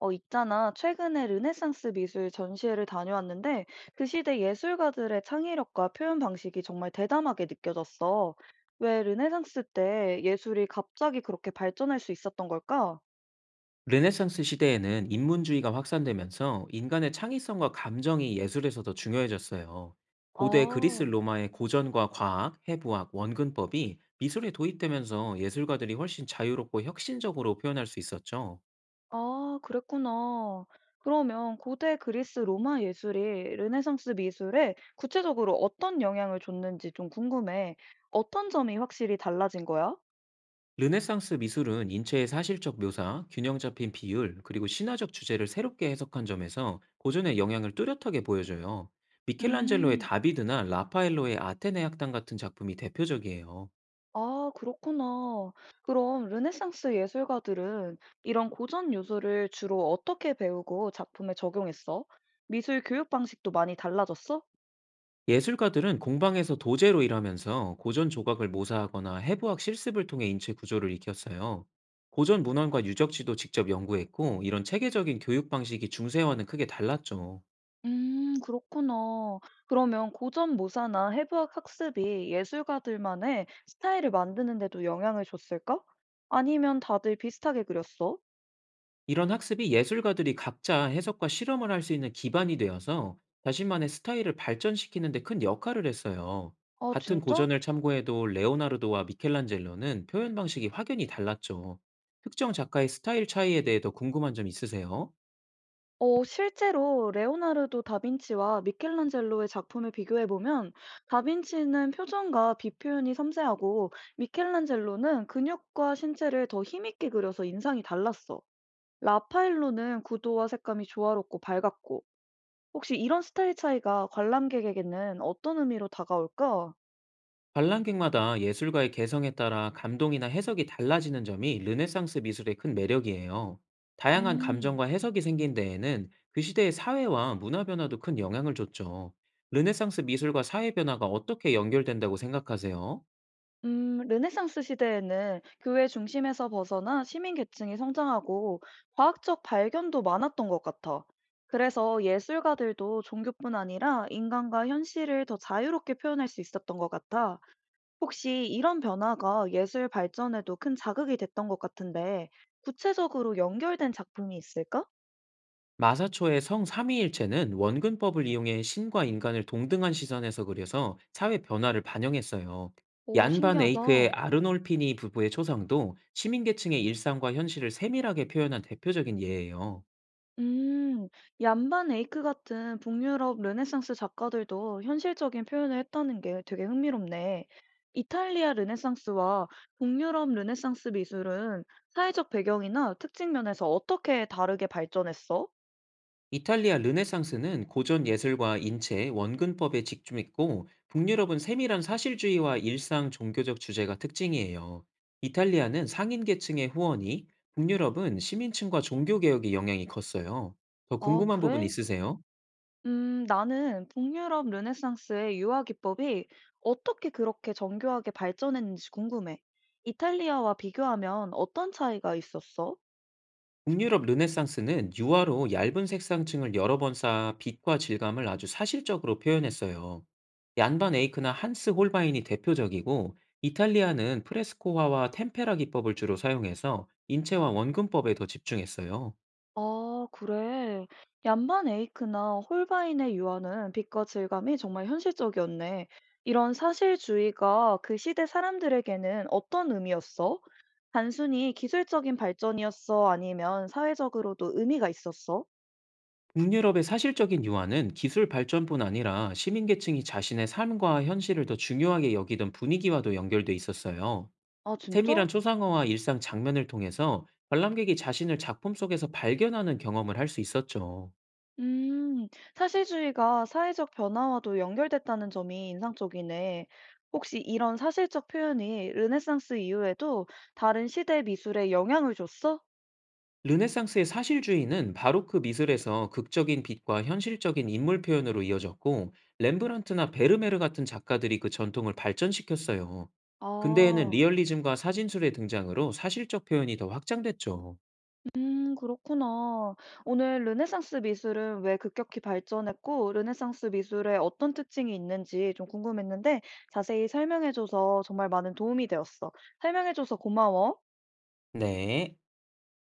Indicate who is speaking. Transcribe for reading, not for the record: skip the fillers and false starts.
Speaker 1: 있잖아. 최근에 르네상스 미술 전시회를 다녀왔는데 그 시대 예술가들의 창의력과 표현 방식이 정말 대담하게 느껴졌어. 왜 르네상스 때 예술이 갑자기 그렇게 발전할 수 있었던 걸까?
Speaker 2: 르네상스 시대에는 인문주의가 확산되면서 인간의 창의성과 감정이 예술에서 더 중요해졌어요. 고대 그리스
Speaker 1: 아,
Speaker 2: 로마의 고전과 과학, 해부학, 원근법이 미술에 도입되면서 예술가들이 훨씬 자유롭고 혁신적으로 표현할 수 있었죠.
Speaker 1: 아, 그랬구나. 그러면 고대 그리스 로마 예술이 르네상스 미술에 구체적으로 어떤 영향을 줬는지 좀 궁금해. 어떤 점이 확실히 달라진 거야?
Speaker 2: 르네상스 미술은 인체의 사실적 묘사, 균형 잡힌 비율, 그리고 신화적 주제를 새롭게 해석한 점에서 고전의 영향을 뚜렷하게 보여줘요. 미켈란젤로의
Speaker 1: 음.
Speaker 2: 다비드나 라파엘로의 아테네 학당 같은 작품이 대표적이에요.
Speaker 1: 아, 그렇구나. 그럼 르네상스 예술가들은 이런 고전 요소를 주로 어떻게 배우고 작품에 적용했어? 미술 교육 방식도 많이 달라졌어?
Speaker 2: 예술가들은 공방에서 도제로 일하면서 고전 조각을 모사하거나 해부학 실습을 통해 인체 구조를 익혔어요. 고전 문헌과 유적지도 직접 연구했고, 이런 체계적인 교육 방식이 중세와는 크게 달랐죠.
Speaker 1: 그렇구나. 그러면 고전 모사나 해부학 학습이 예술가들만의 스타일을 만드는 데도 영향을 줬을까? 아니면 다들 비슷하게 그렸어?
Speaker 2: 이런 학습이 예술가들이 각자 해석과 실험을 할 수 있는 기반이 되어서 자신만의 스타일을 발전시키는 데 큰 역할을 했어요.
Speaker 1: 아,
Speaker 2: 같은
Speaker 1: 진짜?
Speaker 2: 고전을 참고해도 레오나르도와 미켈란젤로는 표현 방식이 확연히 달랐죠. 특정 작가의 스타일 차이에 대해 더 궁금한 점 있으세요?
Speaker 1: 실제로 레오나르도 다빈치와 미켈란젤로의 작품을 비교해보면 다빈치는 표정과 비 표현이 섬세하고 미켈란젤로는 근육과 신체를 더 힘있게 그려서 인상이 달랐어. 라파엘로는 구도와 색감이 조화롭고 밝았고 혹시 이런 스타일 차이가 관람객에게는 어떤 의미로 다가올까?
Speaker 2: 관람객마다 예술가의 개성에 따라 감동이나 해석이 달라지는 점이 르네상스 미술의 큰 매력이에요. 다양한
Speaker 1: 음.
Speaker 2: 감정과 해석이 생긴 데에는 그 시대의 사회와 문화 변화도 큰 영향을 줬죠. 르네상스 미술과 사회 변화가 어떻게 연결된다고 생각하세요?
Speaker 1: 르네상스 시대에는 교회 중심에서 벗어나 시민 계층이 성장하고 과학적 발견도 많았던 것 같아. 그래서 예술가들도 종교뿐 아니라 인간과 현실을 더 자유롭게 표현할 수 있었던 것 같아. 혹시 이런 변화가 예술 발전에도 큰 자극이 됐던 것 같은데, 구체적으로 연결된 작품이 있을까?
Speaker 2: 마사초의 성 삼위일체는 원근법을 이용해 신과 인간을 동등한 시선에서 그려서 사회 변화를 반영했어요.
Speaker 1: 오,
Speaker 2: 얀반
Speaker 1: 신기하다.
Speaker 2: 에이크의 아르놀피니 부부의 초상도 시민계층의 일상과 현실을 세밀하게 표현한 대표적인 예예요.
Speaker 1: 음, 얀반 에이크 같은 북유럽 르네상스 작가들도 현실적인 표현을 했다는 게 되게 흥미롭네. 이탈리아 르네상스와 북유럽 르네상스 미술은 사회적 배경이나 특징 면에서 어떻게 다르게 발전했어?
Speaker 2: 이탈리아 르네상스는 고전 예술과 인체, 원근법에 집중했고 북유럽은 세밀한 사실주의와 일상 종교적 주제가 특징이에요. 이탈리아는 상인 계층의 후원이, 북유럽은 시민층과 종교 개혁의 영향이 컸어요. 더
Speaker 1: 아,
Speaker 2: 궁금한 부분
Speaker 1: 그래?
Speaker 2: 있으세요?
Speaker 1: 나는 북유럽 르네상스의 유화 기법이 어떻게 그렇게 정교하게 발전했는지 궁금해. 이탈리아와 비교하면 어떤 차이가 있었어?
Speaker 2: 북유럽 르네상스는 유화로 얇은 색상층을 여러 번 쌓아 빛과 질감을 아주 사실적으로 표현했어요. 얀반 에이크나 한스 홀바인이 대표적이고 이탈리아는 프레스코화와 템페라 기법을 주로 사용해서 인체와 원근법에 더 집중했어요.
Speaker 1: 아, 그래. 얀반 에이크나 홀바인의 유아는 빛과 질감이 정말 현실적이었네. 이런 사실주의가 그 시대 사람들에게는 어떤 의미였어? 단순히 기술적인 발전이었어? 아니면 사회적으로도 의미가 있었어?
Speaker 2: 북유럽의 사실적인 유화는 기술 발전뿐 아니라 시민계층이 자신의 삶과 현실을 더 중요하게 여기던 분위기와도 연결돼 있었어요.
Speaker 1: 아,
Speaker 2: 세밀한
Speaker 1: 진짜?
Speaker 2: 초상화와 일상 장면을 통해서 관람객이 자신을 작품 속에서 발견하는 경험을 할 수 있었죠.
Speaker 1: 음, 사실주의가 사회적 변화와도 연결됐다는 점이 인상적이네. 혹시 이런 사실적 표현이 르네상스 이후에도 다른 시대 미술에 영향을 줬어?
Speaker 2: 르네상스의 사실주의는 바로크 미술에서 극적인 빛과 현실적인 인물 표현으로 이어졌고, 렘브란트나 베르메르 같은 작가들이 그 전통을 발전시켰어요. 근대에는
Speaker 1: 아.
Speaker 2: 리얼리즘과 사진술의 등장으로 사실적 표현이 더 확장됐죠.
Speaker 1: 그렇구나. 오늘 르네상스 미술은 왜 급격히 발전했고, 르네상스 미술에 어떤 특징이 있는지 좀 궁금했는데, 자세히 설명해줘서 정말 많은 도움이 되었어. 설명해줘서 고마워.
Speaker 2: 네,